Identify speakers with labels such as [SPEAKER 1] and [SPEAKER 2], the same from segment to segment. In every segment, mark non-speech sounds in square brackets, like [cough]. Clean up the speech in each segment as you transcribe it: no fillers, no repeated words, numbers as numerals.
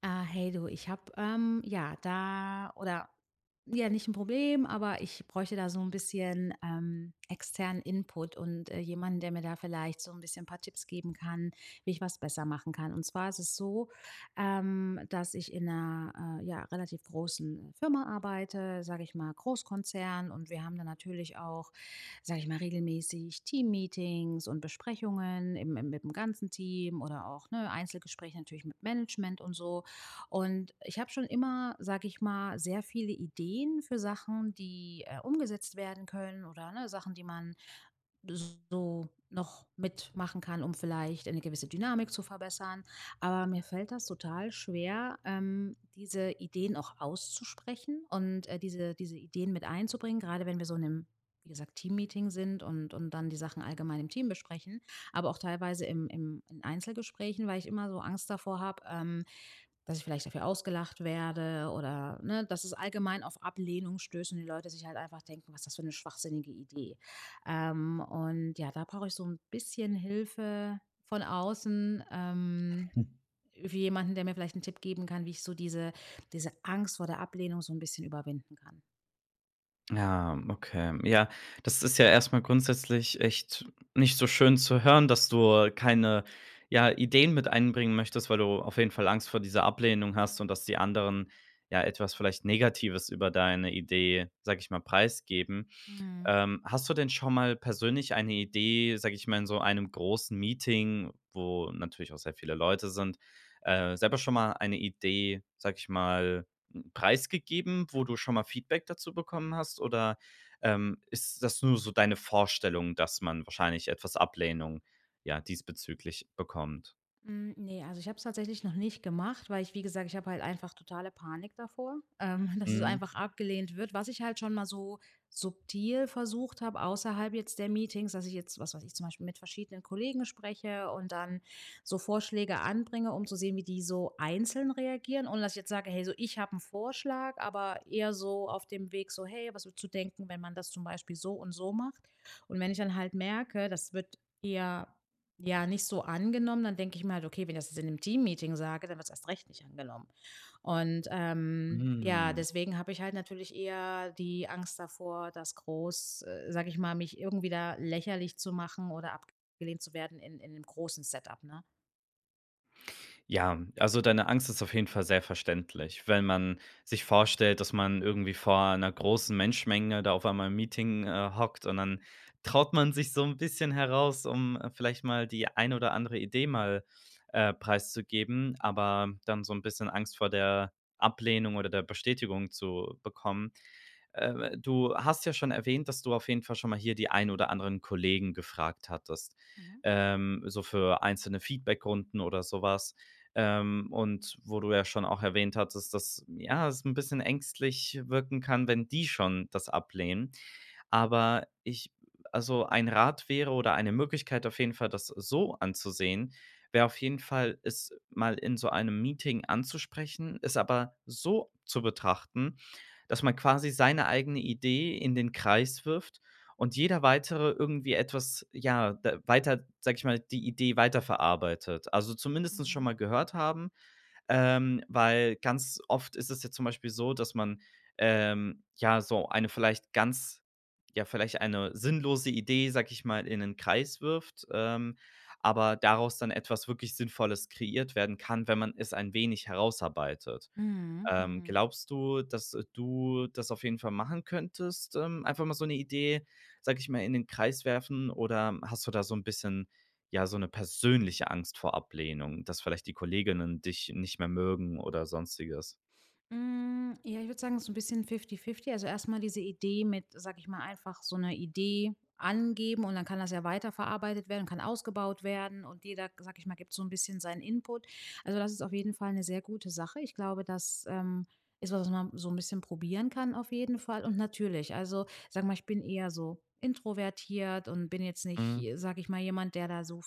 [SPEAKER 1] Ah, hey du, ich habe ja da oder ja nicht ein Problem, aber ich bräuchte da so ein bisschen externen Input und jemanden, der mir da vielleicht so ein bisschen ein paar Tipps geben kann, wie ich was besser machen kann. Und zwar ist es so, dass ich in einer ja, relativ großen Firma arbeite, sage ich mal Großkonzern, und wir haben da natürlich auch, sage ich mal, regelmäßig Teammeetings und Besprechungen mit dem ganzen Team oder auch ne, Einzelgespräche natürlich mit Management und so. Und ich habe schon immer, sage ich mal, sehr viele Ideen für Sachen, die, umgesetzt werden können oder, ne, Sachen, die man so noch mitmachen kann, um vielleicht eine gewisse Dynamik zu verbessern. Aber mir fällt das total schwer, diese Ideen auch auszusprechen und, diese Ideen mit einzubringen, gerade wenn wir so in einem, wie gesagt, Teammeeting sind und dann die Sachen allgemein im Team besprechen, aber auch teilweise im im in Einzelgesprächen, weil ich immer so Angst davor habe, dass ich vielleicht dafür ausgelacht werde oder, ne, dass es allgemein auf Ablehnung stößt und die Leute sich halt einfach denken: „Was ist das für eine schwachsinnige Idee?“ Ja, da brauche ich so ein bisschen Hilfe von außen, wie jemanden, der mir vielleicht einen Tipp geben kann, wie ich so diese Angst vor der Ablehnung so ein bisschen überwinden kann.
[SPEAKER 2] Ja, okay. Ja, das ist ja erstmal grundsätzlich echt nicht so schön zu hören, dass du keine, ja, Ideen mit einbringen möchtest, weil du auf jeden Fall Angst vor dieser Ablehnung hast und dass die anderen ja etwas vielleicht Negatives über deine Idee, sage ich mal, preisgeben.
[SPEAKER 1] Mhm.
[SPEAKER 2] Hast du denn schon mal persönlich eine Idee, sage ich mal, in so einem großen Meeting, wo natürlich auch sehr viele Leute sind, selber schon mal eine Idee, sage ich mal, preisgegeben, wo du schon mal Feedback dazu bekommen hast? Oder, ist das nur so deine Vorstellung, dass man wahrscheinlich etwas Ablehnung, ja, diesbezüglich bekommt?
[SPEAKER 1] Hm, ne, also ich habe es tatsächlich noch nicht gemacht, weil ich wie gesagt, ich habe halt einfach totale Panik davor, [laughs] dass es
[SPEAKER 2] Mhm.
[SPEAKER 1] einfach abgelehnt wird. Was ich halt schon mal so subtil versucht habe, außerhalb jetzt der Meetings, dass ich jetzt, was weiß ich, zum Beispiel mit verschiedenen Kollegen spreche und dann so Vorschläge anbringe, um zu sehen, wie die so einzeln reagieren. Und dass ich jetzt sage, hey, so ich habe einen Vorschlag, aber eher so auf dem Weg so: „Hey, was würdest du denken, wenn man das zum Beispiel so und so macht?“ Und wenn ich dann halt merke, das wird eher ja, nicht so angenommen, dann denke ich mir halt: „Okay, wenn ich das jetzt in 'nem Teammeeting sage, dann wird es erst recht nicht angenommen.“ Und, ja,
[SPEAKER 2] Mhm.
[SPEAKER 1] deswegen habe ich halt natürlich eher die Angst davor, das groß, sage ich mal, mich irgendwie da lächerlich zu machen oder abgelehnt zu werden in einem großen Setup, ne?
[SPEAKER 2] Ja, also deine Angst ist auf jeden Fall sehr verständlich. Wenn man sich vorstellt, dass man irgendwie vor einer großen Menschenmenge da auf einmal im Meeting hockt, und dann traut man sich so ein bisschen heraus, um, vielleicht mal die ein oder andere Idee mal, preiszugeben, aber dann so ein bisschen Angst vor der Ablehnung oder der Bestätigung zu bekommen. Du hast ja schon erwähnt, dass du auf jeden Fall schon mal hier die ein oder anderen Kollegen gefragt hattest,
[SPEAKER 1] Mhm,
[SPEAKER 2] so für einzelne Feedbackrunden oder sowas. Und wo du ja schon auch erwähnt hattest, dass, ja, es ein bisschen ängstlich wirken kann, wenn die schon das ablehnen. Aber ich also, ein Rat wäre oder eine Möglichkeit auf jeden Fall, das so anzusehen, wäre auf jeden Fall, es mal in so einem Meeting anzusprechen, es aber so zu betrachten, dass man quasi seine eigene Idee in den Kreis wirft und jeder weitere irgendwie etwas, ja, da weiter sage ich mal, die Idee weiterverarbeitet. Also, zumindestens schon
[SPEAKER 1] mhm.
[SPEAKER 2] mal gehört haben, weil ganz oft ist es ja zum Beispiel so, dass man, ja, so eine vielleicht ganz ja, vielleicht eine sinnlose Idee, sage ich mal, in einen Kreis wirft, aber daraus dann etwas wirklich Sinnvolles kreiert werden kann, wenn man es ein wenig herausarbeitet.
[SPEAKER 1] Mhm, mhm.
[SPEAKER 2] Glaubst du, dass du das auf jeden Fall machen könntest? Einfach mal so eine Idee, sag ich mal, in den Kreis werfen, oder hast du da so ein bisschen, ja, so eine persönliche Angst vor Ablehnung, dass vielleicht die Kolleginnen dich nicht mehr mögen oder Sonstiges?
[SPEAKER 1] Hm, ja, ich würde sagen, so ein bisschen fifty-fifty. Also, erstmal diese Idee mit, sage ich mal, einfach so eine Idee angeben und dann kann das ja weiterverarbeitet werden, kann ausgebaut werden und jeder, sage ich mal, gibt so ein bisschen seinen Input. Also, das ist auf jeden Fall eine sehr gute Sache. Ich glaube, das, ist was, was man so ein bisschen probieren kann auf jeden Fall. Und natürlich, also, sage mal, ich bin eher so introvertiert und bin jetzt nicht, sage ich mal, jemand, der da so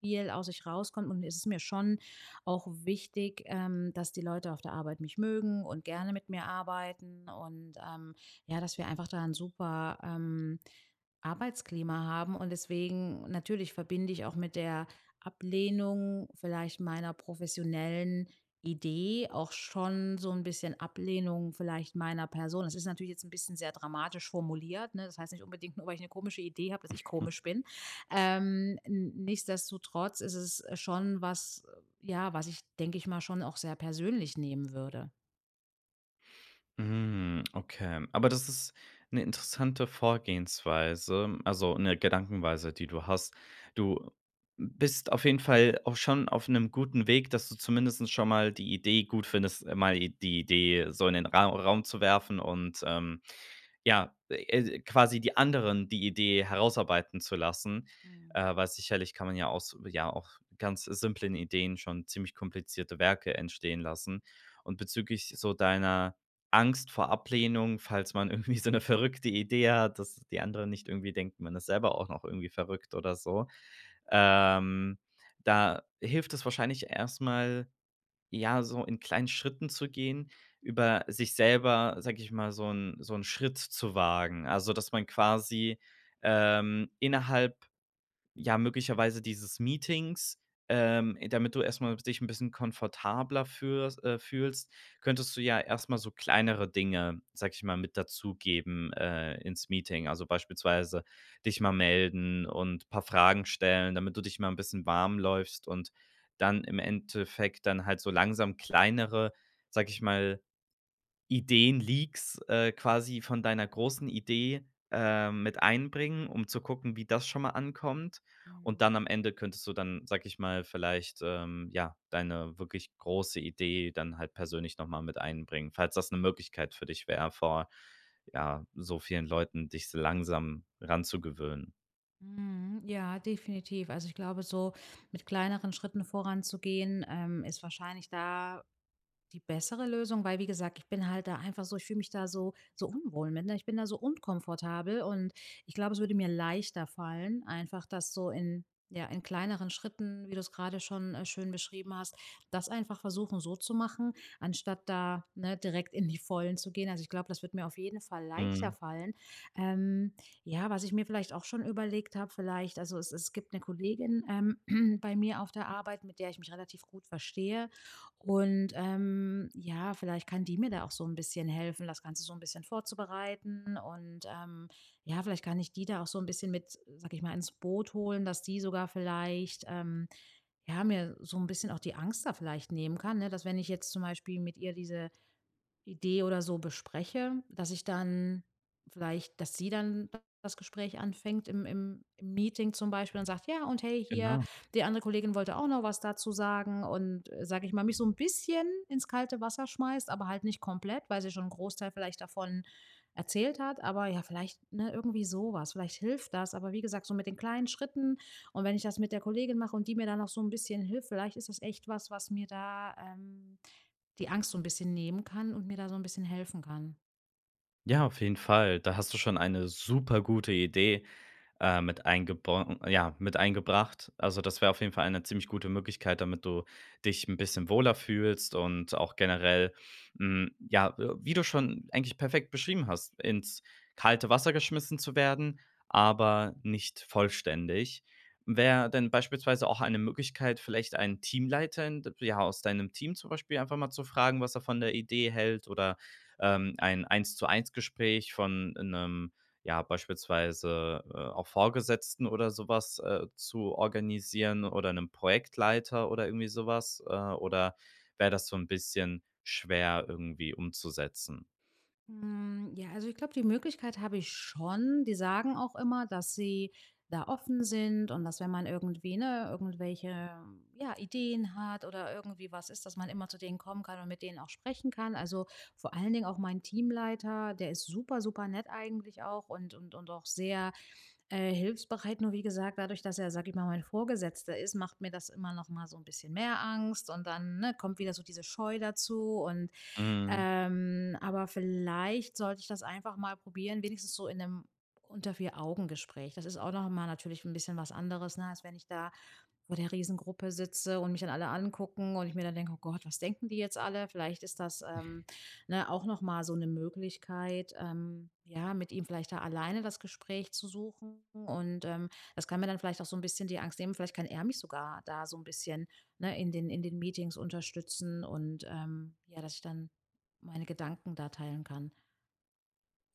[SPEAKER 1] viel aus sich rauskommt und es ist mir schon auch wichtig, dass die Leute auf der Arbeit mich mögen und gerne mit mir arbeiten und ja, dass wir einfach da ein super, Arbeitsklima haben und deswegen natürlich verbinde ich auch mit der Ablehnung vielleicht meiner professionellen Idee auch schon so ein bisschen Ablehnung vielleicht meiner Person. Das ist natürlich jetzt ein bisschen sehr dramatisch formuliert, ne? Das heißt nicht unbedingt nur, weil ich eine komische Idee habe, dass ich komisch bin. N Nichtsdestotrotz ist es schon was ja, was ich, denke ich mal, schon auch sehr persönlich nehmen würde.
[SPEAKER 2] Hm, okay. Aber das ist eine interessante Vorgehensweise, also eine Gedankenweise, die du hast. Du bist auf jeden Fall auch schon auf einem guten Weg, dass du zumindest schon mal die Idee gut findest, mal die Idee so in den Raum zu werfen und, ja, quasi die anderen die Idee herausarbeiten zu lassen,
[SPEAKER 1] Mhm.
[SPEAKER 2] weil sicherlich kann man ja aus ja, auch ganz simplen Ideen schon ziemlich komplizierte Werke entstehen lassen. Und bezüglich so deiner Angst vor Ablehnung, falls man [laughs] irgendwie so 'ne verrückte Idee hat, dass die anderen nicht irgendwie denken, man ist selber auch noch irgendwie verrückt oder so. Ähm, Da hilft es wahrscheinlich erst mal, ja, so in kleinen Schritten zu gehen, über sich selber, sage ich mal, so 'n Schritt zu wagen. Also, dass man quasi, innerhalb ja, möglicherweise dieses Meetings, damit du erstmal dich ein bisschen komfortabler führst fühlst, könntest du ja erstmal so kleinere Dinge, sage ich mal, mit dazugeben, ins Meeting. Also, beispielsweise dich mal melden und ein paar Fragen stellen, damit du dich mal ein bisschen warm läufst, und dann im Endeffekt dann halt so langsam kleinere, sage ich mal, Ideen, Leaks, quasi von deiner großen Idee, mit einbringen, um zu gucken, wie das schon mal ankommt. Und
[SPEAKER 1] Mhm.
[SPEAKER 2] dann am Ende könntest du dann, sag ich mal, vielleicht, ja, deine wirklich große Idee dann halt persönlich noch mal mit einbringen, falls das eine Möglichkeit für dich wäre, vor, ja, so vielen Leuten dich so langsam ranzugewöhnen.
[SPEAKER 1] Mhm. Ja, definitiv. Also ich glaube, so mit kleineren Schritten voranzugehen, ist wahrscheinlich da die bessere Lösung, weil wie gesagt, ich bin halt da einfach so ich fühle mich da so unwohl mit, ne? Ich bin da so unkomfortabel und ich glaube, es würde mir leichter fallen, einfach das so in ja, in kleineren Schritten, wie du es gerade schon, schön beschrieben hast, das einfach versuchen, so zu machen, anstatt da, ne, direkt in die Vollen zu gehen. Also, ich glaube, das wird mir auf jeden Fall leichter
[SPEAKER 2] Mhm,
[SPEAKER 1] fallen. Ähm, ja, was ich mir vielleicht auch schon überlegt habe, vielleicht also, es gibt eine Kollegin, [clears throat] bei mir auf der Arbeit, mit der ich mich relativ gut verstehe. Und, ja, vielleicht kann die mir da auch so ein bisschen helfen, das Ganze so ein bisschen vorzubereiten und, ja, vielleicht kann ich die da auch so ein bisschen mit, sag ich mal, ins Boot holen, dass die sogar vielleicht, ja, mir so ein bisschen auch die Angst da vielleicht nehmen kann, ne? Dass wenn ich jetzt zum Beispiel mit ihr diese Idee oder so bespreche, dass ich dann vielleicht dass sie dann das Gespräch anfängt im Meeting zum Beispiel und sagt: „Ja, und hey, hier,
[SPEAKER 2] genau.
[SPEAKER 1] die andere Kollegin wollte auch noch was dazu sagen“ und, sage ich mal, mich so ein bisschen ins kalte Wasser schmeißt, aber halt nicht komplett, weil sie schon einen Großteil vielleicht davon erzählt hat. Aber ja, vielleicht, ne, irgendwie sowas, vielleicht hilft das. Aber wie gesagt, so mit den kleinen Schritten und wenn ich das mit der Kollegin mache und die mir da noch so ein bisschen hilft, vielleicht ist das echt was, was mir da, die Angst so ein bisschen nehmen kann und mir da so ein bisschen helfen kann.
[SPEAKER 2] Ja, auf jeden Fall. Da hast du schon eine super gute Idee, mit eingebro ja, mit eingebracht. Also, das wäre auf jeden Fall eine ziemlich gute Möglichkeit, damit du dich ein bisschen wohler fühlst und auch generell, ja, wie du schon eigentlich perfekt beschrieben hast, ins kalte Wasser geschmissen zu werden, aber nicht vollständig. Wäre denn beispielsweise auch eine Möglichkeit, vielleicht einen Teamleiter in ja, aus deinem Team zum Beispiel einfach mal zu fragen, was er von der Idee hält, oder ein Eins-zu-eins-Gespräch von einem ja, beispielsweise, auch Vorgesetzten oder sowas zu organisieren, oder einem Projektleiter oder irgendwie sowas oder wäre das so ein bisschen schwer irgendwie umzusetzen?
[SPEAKER 1] Hm, ja, also ich glaube, die Möglichkeit habe ich schon. Die sagen auch immer, dass sie da offen sind und dass wenn man irgendwie, ne, irgendwelche, ja, Ideen hat oder irgendwie was ist, dass man immer zu denen kommen kann und mit denen auch sprechen kann. Also vor allen Dingen auch mein Teamleiter, der ist super, super nett eigentlich auch und auch sehr hilfsbereit. Nur wie gesagt, dadurch, dass er, sag ich mal, mein Vorgesetzter ist, macht mir das immer noch mal so ein bisschen mehr Angst und dann ne, kommt wieder so diese Scheu dazu und
[SPEAKER 2] Mhm,
[SPEAKER 1] ähm, aber vielleicht sollte ich das einfach mal probieren, wenigstens so in einem unter 4 Augen Gespräch. Das ist auch noch mal natürlich ein bisschen was anderes, ne, als wenn ich da vor der Riesengruppe sitze und mich dann alle angucken und ich mir dann denke: „Oh Gott, was denken die jetzt alle?“ Vielleicht ist das, ne, auch noch mal so eine Möglichkeit, ja, mit ihm vielleicht da alleine das Gespräch zu suchen und, das kann mir dann vielleicht auch so ein bisschen die Angst nehmen. Vielleicht kann er mich sogar da so ein bisschen, ne, in den Meetings unterstützen und, ja, dass ich dann meine Gedanken da teilen kann.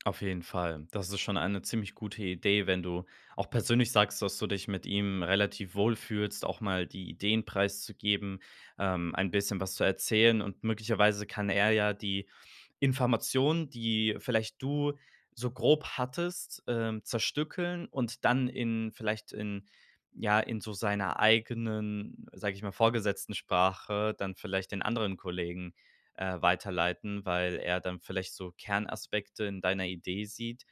[SPEAKER 2] auf jeden Fall. Das ist schon eine ziemlich gute Idee, wenn du auch persönlich sagst, dass du dich mit ihm relativ wohl fühlst, auch mal die Ideen preiszugeben, ein bisschen was zu erzählen, und möglicherweise kann er ja die Informationen, die vielleicht du so grob hattest, zerstückeln und dann in vielleicht in ja, in so seiner eigenen, sage ich mal, vorgesetzten Sprache dann vielleicht den anderen Kollegen, weiterleiten, weil er dann vielleicht so Kernaspekte in deiner Idee sieht,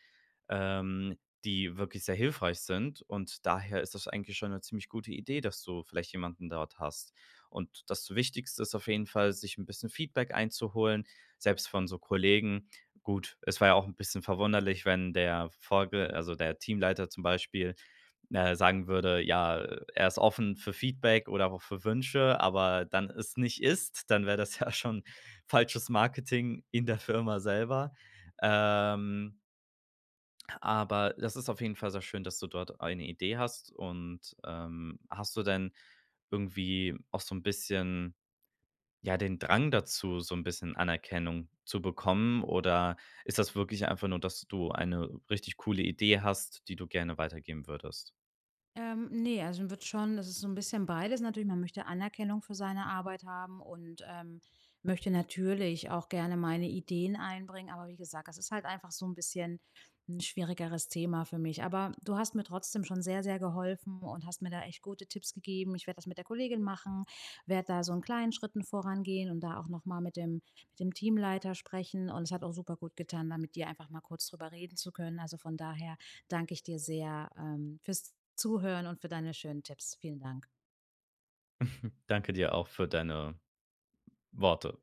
[SPEAKER 2] ähm, die wirklich sehr hilfreich sind. Und daher ist das eigentlich schon eine ziemlich gute Idee, dass du vielleicht jemanden dort hast. Und das Wichtigste ist auf jeden Fall, sich ein bisschen Feedback einzuholen selbst von so Kollegen. Gut, es war ja auch ein bisschen verwunderlich, wenn der Vorge also, der Teamleiter zum Beispiel, sagen würde, ja, er ist offen für Feedback oder auch für Wünsche, aber dann es nicht ist, dann wäre das [laughs] ja schon falsches Marketing in der Firma selber. Ähm, aber das ist auf jeden Fall sehr schön, dass du dort eine Idee hast, und, hast du denn irgendwie auch so ein bisschen ja, den Drang dazu, so ein bisschen Anerkennung zu bekommen, oder ist das wirklich einfach nur, dass du eine richtig coole Idee hast, die du gerne weitergeben würdest?
[SPEAKER 1] Ne, also wird schon das ist so ein bisschen beides natürlich. Man möchte Anerkennung für seine Arbeit haben und, möchte natürlich auch gerne meine Ideen einbringen. Aber wie gesagt, das ist halt einfach so ein bisschen 'n schwierigeres Thema für mich. Aber du hast mir trotzdem schon sehr, sehr geholfen und hast mir da echt gute Tipps gegeben. Ich werde das mit der Kollegin machen, werde da so in kleinen Schritten vorangehen und da auch noch mal mit dem Teamleiter sprechen. Und es hat auch super gut getan, da mit dir einfach mal kurz drüber reden zu können. Also von daher danke ich dir sehr, fürs Zuhören und für deine schönen Tipps. Vielen Dank.
[SPEAKER 2] Danke dir auch für deine Worte.